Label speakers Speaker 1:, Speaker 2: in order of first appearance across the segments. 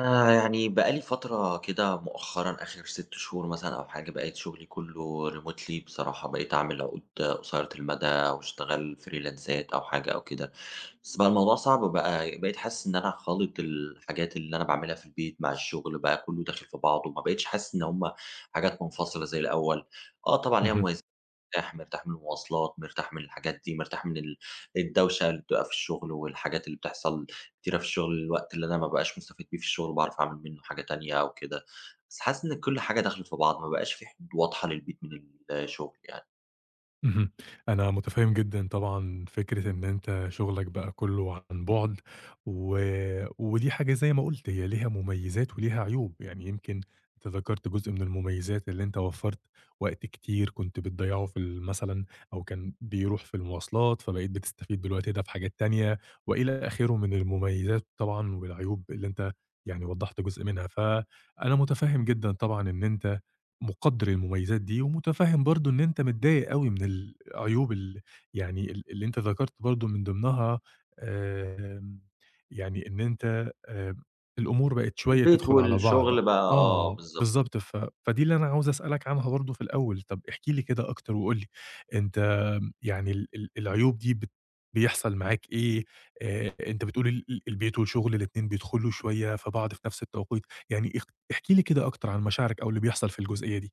Speaker 1: أنا يعني بقى لي فترة كده مؤخرًا، آخر 6 شهور مثلًا أو حاجة، بقيت شغلي كله remotely بصراحة، بقيت أعمل عقود قصيرة المدى أو أشتغل فريلانسات أو حاجة أو كده. بس بقى الموضوع صعب، بقى بقيت حاسس إن أنا خالط الحاجات اللي أنا باعملها في البيت مع الشغل، بقى كله داخل في بعضه، ما بقيتش حاسس إن هم حاجات منفصلة زي الأول. آه طبعًا ليها
Speaker 2: اهم،
Speaker 1: مميزات. مرتاح، مرتاح من المواصلات، مرتاح من الحاجات دي، مرتاح من الدوشة اللي بتبقى في الشغل، والحاجات اللي بتحصل كتيرة في الشغل، الوقت اللي أنا ما بابقاش مستفيد بيه في الشغل باعرف أعمل منّه حاجة تانية أو كده. بس حاسس إن كل حاجة دخلِت في بعض، ما بقاش في حدود واضحة للبيت من الشغل يعني.
Speaker 2: اهم. أنا متفهم جدًا طبعًا فكرة إن أنت شغلك بقى كله عن بُعد، و ودي حاجة زي ما قُلت هي ليها مميزات وليها عيوب، يعني يمكن أنت ذكرت جزء من المميزات اللي أنت وفّرت وقت كتير كنت بتضيّعه في مثلًا أو كان بيروح في المواصلات، فبقيت بتستفيد بالوقت ده في حاجات تانية، وإلى آخره من المميزات طبعًا والعيوب اللي أنت يعني وضّحت جزء منها، فأنا متفهم جدًا طبعًا إن أنت مقدّر المميزات دي، ومتفهّم برضه إن أنت متضايق أوي من العيوب ال يعني ال اللي أنت ذكرت برضه من ضمنها، آمم، يعني إن أنت الأمور بقت شوية
Speaker 1: البيت
Speaker 2: تدخل على بعض.
Speaker 1: والشغل بقى، آه،
Speaker 2: آه،
Speaker 1: بالضبط.
Speaker 2: بالضبط، ف فدي اللي أنا عاوز أسألك عنها برضه في الأول، طَب احكِ لي كده أكتر وقُل لي أنت، يعني ال العيوب دي بيحصل معاك إيه؟ أنت بتقول البيت والشغل الاتنين بيدخلوا شوية في بعض في نفْس التوقيت، يعني احكِ لي كده أكتر عن مشاعرك أو اللي بيحصل في الجزئية دي.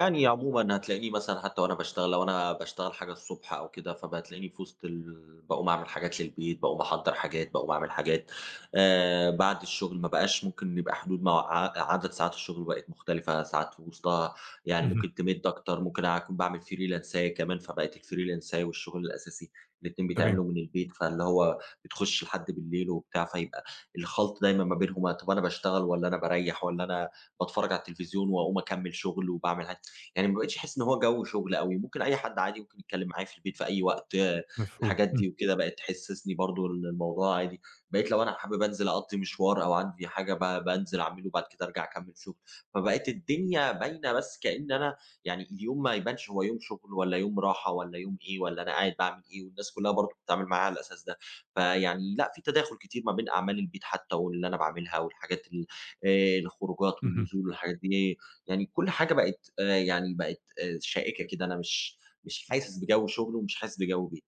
Speaker 1: يعني عمومًا هتلاقيني مثلًا حتى وأنا باشتغل، لو أنا باشتغل حاجة الصبح أو كده، فبتلاقيني في وسط باقوم أعمل حاجات للبيت، باقوم أحضّر حاجات، باقوم أعمل حاجات. بعد الشغل ما بقاش ممكن يبقى حدود، مع عدد ساعات الشغل بقت مختلفة، ساعات في وسطها يعني
Speaker 2: اهم،
Speaker 1: ممكن تِمِد أكتر، ممكن أكون باعمل فريلانساية كمان، فبقت الفريلانساية والشغل الأساسي الاتنين
Speaker 2: تمام،
Speaker 1: بيتعملوا من البيت، فاللي هو بتخُش لحد بالليل وبتاع، فيبقى الخلْط دايمًا ما بينهم. طَب أنا باشتغل والّا أنا باريّح والّا أنا باتفرّج على التلفزيون وأقوم أكمّل شغل وباعمل؟ يعني ما بقيتش أحس إن هو جو شغل أوي، ممكن أي حد عادي ممكن يتكلّم معايا في البيت في أي وقت،
Speaker 2: مفهوم،
Speaker 1: الحاجات
Speaker 2: إمم،
Speaker 1: دي وكده بقت تحسّسني برضه إن الموضوع عادي. بقيت لو أنا حابب أنزل أقضّي مشوار أو عندي حاجة، بانزل أعمله وبعد كده أرجع أكمّل شغل، فبقت الدنيا باينة بس كإن أنا، يعني اليوم ما يبانش هو يوم شغل والّا يوم راحة والّا يوم إيه والّا أنا قاعد باعمل إيه، والناس كلّها برضه بتتعامل معايا على الأساس ده. فيعني لأ، في تداخل كتير ما بين أعمال البيت حتى واللي أنا باعملها والحاجات ال الخروجات
Speaker 2: اهم.
Speaker 1: والنزول والحاجات دي. يعني كل حاجة بقت، يعني بقت شائكة كده، أنا مش حاسس بجو شغل ومش حاسس بجو بيت.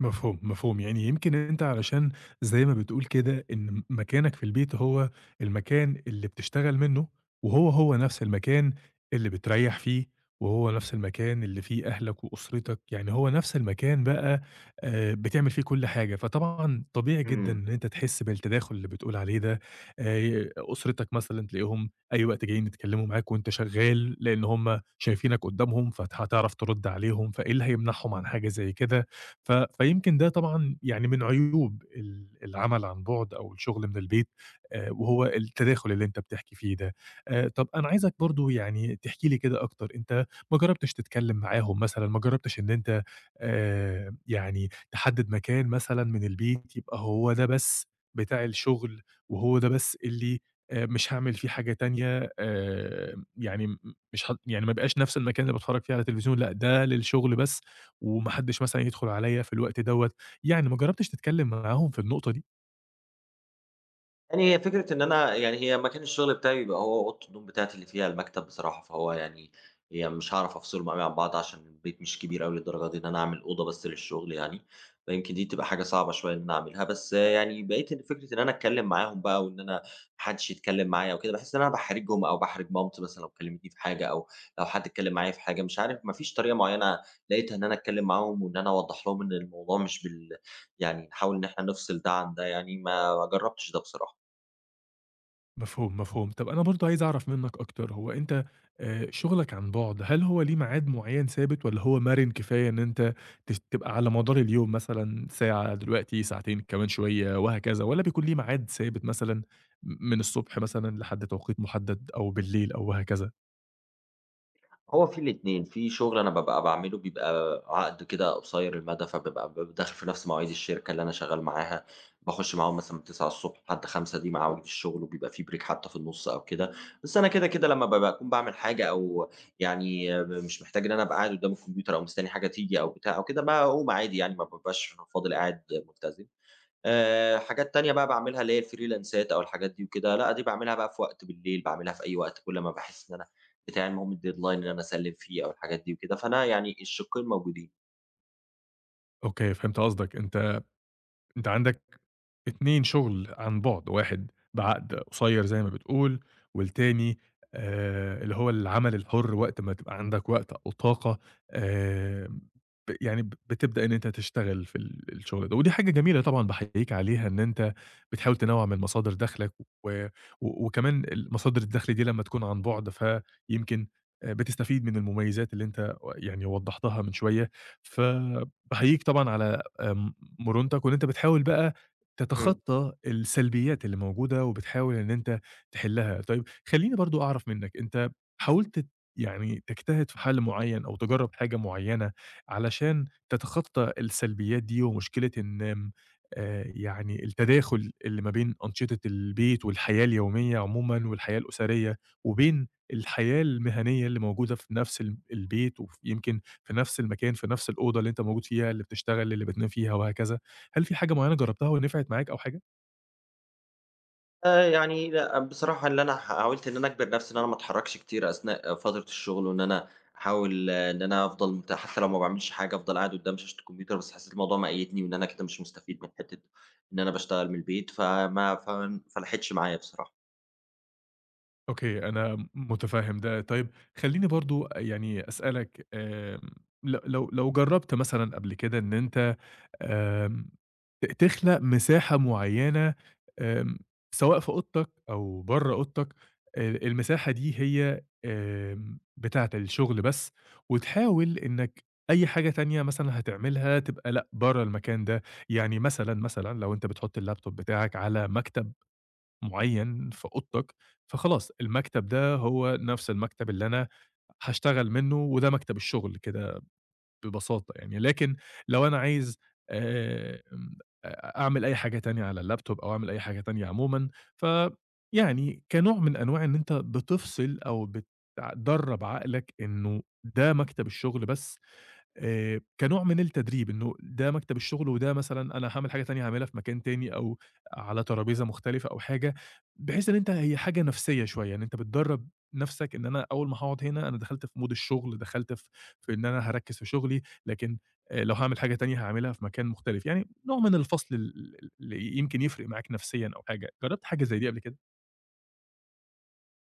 Speaker 2: مفهوم، مفهوم، يعني يمكن أنت علشان زي ما بتقول كده إن مكانك في البيت هو المكان اللي بتشتغل منه، هو نفس المكان اللي بتريّح فيه، وهو نفس المكان اللي فيه أهلك وأسرتك، يعني هو نفس المكان بقى بتعمل فيه كل حاجة، فطبعًا طبيعي جدًا
Speaker 1: إمم.
Speaker 2: إن أنت تحس بالتداخل اللي بتقول عليه ده. أسرتك مثلًا تلاقيهم أي وقت جايين يتكلموا معاك وأنت شغال، لإن هُم شايفينك قدّامهم، فت هتعرف ترد عليهم، فإيه اللي هيمنعهم عن حاجة زي كده؟ ف فيمكن ده طبعًا يعني من عيوب العمل عن بُعد أو الشغل من البيت، وهو التداخل اللي أنت بتحكي فيه ده. طب أنا عايزك برضه يعني تحكي لي كده أكتر، أنت ما جرّبتش تتكلّم معاهم مثلًا، ما جرّبتش إن أنت يعني تحدّد مكان مثلًا من البيت يبقى هو ده بس بتاع الشغل وهو ده بس اللي مش هاعمل فيه حاجة تانية، يعني م مش ه يعني ما يبقاش نفس المكان اللي باتفرّج فيه على تلفزيون، لأ، ده للشغل بس؟ وما حدش مثلًا يدخل عليَّ في الوقت دوّة، يعني ما جرّبتش تتكلم معاهم في النقطة دي؟
Speaker 1: يعني هي فكرة إن أنا، يعني هي مكان الشغل بتاعي بيبقى هو أوضة النوم بتاعتي اللي فيها المكتب بصراحة، فهو يعني هي مش هاعرف أفصلهم أوي عن بعض عشان البيت مش كبير أوي للدرجة دي إن أنا أعمل أوضة بس للشغل يعني. فيمكن دي تبقى حاجة صعبة شوية إن أنا أعملها، بس يعني بقيت إن فكرة إن أنا أتكلم معاهم بقى وإن أنا ما حدش يتكلم معايا وكده، باحس إن أنا باحرجهم أو باحرج مامتي مثلًا لو كلمتني في حاجة، أو لو حد اتكلم معايا في حاجة. مش عارف، ما فيش طريقة معينة لقيتها إن أنا أتكلم معاهم وإن أنا أوضح لهم إن الموضوع مش يعني نحاول إن إحنا نفصل ده عن ده يعني، ما جربتش ده بصراحة.
Speaker 2: مفهوم، مفهوم. طب أنا برضه عايز أعرف منّك أكتر، هو أنت شغلك عن بُعد هل هو ليه ميعاد معيّن ثابت والّا هو مَرِن كفاية إن أنت تبقى على مدار اليوم مثلًا ساعة دلوقتي، ساعتين كمان شوية وهكذا، والّا بيكون ليه ميعاد ثابت مثلًا من الصبح مثلًا لحد توقيت مُحدد أو بالليل أو وهكذا؟
Speaker 1: هو في الاتنين، في شغل أنا بابقى باعمله بيبقى عقد كده قصير المدى، فبابقى داخل في نفس مواعيد الشركة اللي أنا شغال معاها، باخش معاهم مثلًا من 09:00 لحد 17:00. دي مواعيد الشغل، وبيبقى في بريك حتى في النُص أو كده. بس أنا كده، كده لمّا بابقى أكون باعمل حاجة أو، يعني مش محتاج إن أنا أبقى قاعد قدام الكمبيوتر أو مستني حاجة تيجي أو بتاع أو كده، باقوم عادي يعني ما بابقاش فاضل قاعد ملتزم. حاجات تانية بقى باعملها اللي هي الفريلانسات أو الحاجات دي وكده، لأ دي باعملها بقى في وقت بالليل، باعملها في أي وقت كل ما باحس إن أنا بتاعي، المهم الdeadline اللي أنا أسلِّم فيه أو الحاجات دي وكده، فأنا يعني الشقين موجودين.
Speaker 2: أوكي، فهمت قصدك. أنت عندك 2 شغل عن بُعد، واحد بعقد قصيّر زي ما بتقول، والتاني اللي هو العمل الحُر وقت ما تبقى عندك وقت أو طاقة، آآ ب يعني ب بتبدأ إن أنت تشتغل في الشغل ده، ودي حاجة جميلة طبعًا باحييك عليها إن أنت بتحاول تنوّع من مصادر دخلك و و وكمان مصادر الدخل دي لمّا تكون عن بُعد فيمكن بتستفيد من المميزات اللي أنت يعني وضّحتها من شوية، فباحييك طبعًا على مرونتك، وإن أنت بتحاول بقى
Speaker 1: إمم.
Speaker 2: تتخطى السلبيات اللي موجودة، وبتحاول إن أنت تحلها. طيب خلّيني برضه أعرف منك، أنت حاولت يعني تجتهد في حل معين أو تجرّب حاجة معينة علشان تتخطى السلبيات دي، ومشكلة إن آمم، يعني التداخل اللي ما بين أنشطة البيت والحياة اليومية عمومًا والحياة الأسرية، وبين الحياة المهنية اللي موجودة في نفس البيت، وف يمكن في نفس المكان، في نفس الأوضة اللي أنت موجود فيها، اللي بتشتغل، اللي بتنام فيها وهكذا. هل في حاجة معيّنة جرّبتها ونفعت معاك أو حاجة؟
Speaker 1: يعني لأ بصراحة، اللي أنا حاولت إن أنا أجبر نفسي إن أنا ما أتحركش كتير أثناء فترة الشغل، وإن أنا أحاول، إن أنا أفضل حتى لو ما باعملش حاجة، أفضل قاعد قدام شاشة الكمبيوتر، بس حسيت الموضوع مَقيّدني وإن أنا كده مش مستفيد من حتة إن أنا باشتغل من البيت، فما لحقتش معايا بصراحة.
Speaker 2: أوكي، أنا متفهّم ده. طيب خلّيني برضه يعني أسألك، آمم ل لو لو جرّبت مثلًا قبل كده إن أنت آمم تخلق مساحة معيّنة، آمم سواء في أوضتك أو برّه أوضتك، المساحة دي هي بتاعة الشغل بس، وتحاول إنّك أي حاجة تانية مثلًا هتعملها تبقى لأ، برّه المكان ده. يعني مثلًا لو أنت بتحُط اللابتوب بتاعك على مكتب معيّن في أوضتك، فخلاص المكتب ده هو نفس المكتب اللي أنا هاشتغل منّه وده مكتب الشغل كده ببساطة يعني، لكن لو أنا عايز آمم أ أعمل أي حاجة تانية على اللابتوب أو أعمل أي حاجة تانية عمومًا، فيعني كنوع من أنواع إن أنت بتفصل أو بتدرّب عقلك إنه ده مكتب الشغل بس. كنوع من التدريب، إنه ده مكتب الشغل وده مثلًا أنا هاعمل حاجة تانية هاعملها في مكان تاني أو على ترابيزة مختلفة أو حاجة، بحيث إن أنت هي حاجة نفسية شوية، إن أنت بتدرّب نفسك إن أنا أول ما هاقعد هنا أنا دخلت في مود الشغل، دخلت في إن أنا هاركّز في شغلي، لكن لو هاعمل حاجة تانية هاعملها في مكان مختلف، يعني نوع من الفصل اللي يمكن يفرق معاك نفسيًا أو حاجة، جرّبت حاجة زي دي قبل كده؟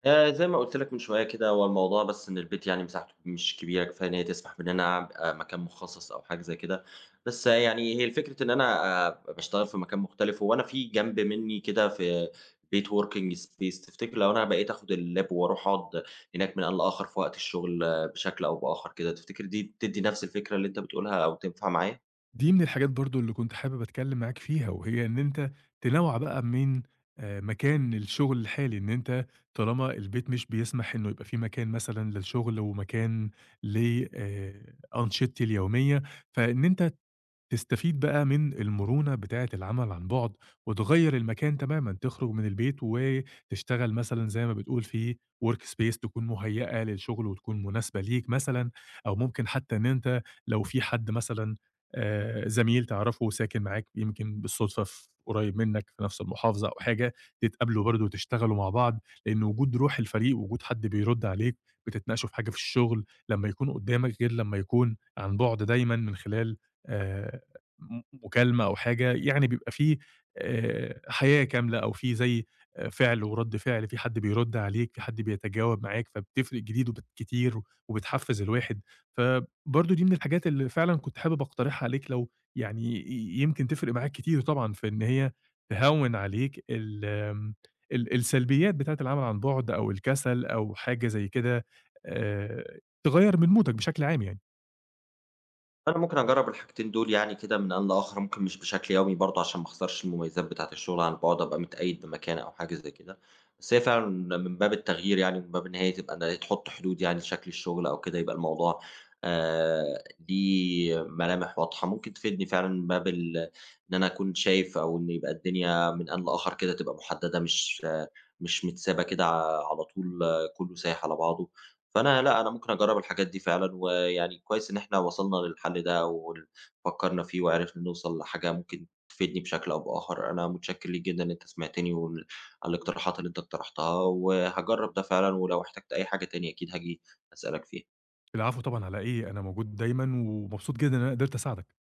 Speaker 1: زي ما قُلت لك من شوية كده، هو الموضوع بس إن البيت يعني مساحته مش كبيرة كفاية إن هي تسمح بإن أنا أبقى مكان مخصص أو حاجة زي كده، بس يعني هي الفكرة إن أنا باشتغل في مكان مختلف، هو أنا في جنب مني كده في بيت working space. تفتكر لو أنا بقيت آخد اللاب وأروح أقعد هناك من آن لآخر في وقت الشغل، بشكل أو بآخر كده، تفتكر دي بتدّي نفس الفكرة اللي أنت بتقولها أو تنفع معايا؟
Speaker 2: دي من الحاجات برضه اللي كنت حابب أتكلم معاك فيها، وهي إن أنت تنوّع بقى من مكان الشغل الحالي، إن أنت طالما البيت مش بيسمح إنه يبقى في مكان مثلًا للشغل ومكان ل أنشطتي اليومية، فإن أنت تستفيد بقى من المرونة بتاعة العمل عن بُعد، وتغيّر المكان تمامًا، تخرج من البيت وتشتغل مثلًا زي ما بتقول في workspace تكون مُهيّأة للشغل وتكون مناسبة ليك مثلًا، أو ممكن حتى إن أنت لو في حد مثلًا زميل تعرفه ساكن معاك يمكن بالصدفة قريب منك في نفس المحافظة أو حاجة، تتقابلوا برضه وتشتغلوا مع بعض، لإن وجود روح الفريق، وجود حد بيرد عليك، بتتناقشوا في حاجة في الشغل، لمّا يكون قدامك غير لمّا يكون عن بُعد دايمًا من خلال آآ م مكالمة أو حاجة، يعني بيبقى في حياة كاملة أو في زي فعل ورَد فعل، في حد بيرُد عليك، في حد بيتجاوب معاك، فبتفرق جديد وبت كتير وبتحفّز الواحد، فبرضه دي من الحاجات اللي فعلًا كنت حابب أقترحها عليك لو يعني يمكن تفرق معاك كتير طبعًا في إن هي تهوّن عليك ال السلبيات بتاعة العمل عن بُعد أو الكسل أو حاجة زي كده، تغيّر من مودك بشكل عام يعني.
Speaker 1: أنا ممكن أجرّب الحاجتين دول يعني كده من آن لآخر، ممكن مش بشكل يومي برضه عشان ما أخسرش المميزات بتاعة الشغل عن بُعد، أبقى متقيد بمكان أو حاجة زي كده. بس هي فعلًا من باب التغيير يعني، من باب إن هي تبقى، أنا تحط حدود يعني لشكل الشغل أو كده، يبقى الموضوع آآ ليه ملامح واضحة، ممكن تفيدني فعلًا من باب إن أنا أكون شايف، أو إن يبقى الدنيا من آن لآخر كده تبقى محددة، مش متسابة كده على طول، كله سايح على بعضه. فأنا لأ، أنا ممكن أجرّب الحاجات دي فعلًا، ويعني كويس إن إحنا وصلنا للحل ده، فكّرنا فيه وعرفنا نوصل لحاجة ممكن تفيدني بشكل أو بآخر. أنا متشكّر ليك جدًا إن أنت سمعتني، على الاقتراحات اللي أنت اقترحتها، وهاجرّب ده فعلًا، ولو احتجت أي حاجة تاني أكيد هاجي أسألك فيها.
Speaker 2: العفو طبعًا على إيه، أنا موجود دايمًا ومبسوط جدًا إن أنا قدرت أساعدك.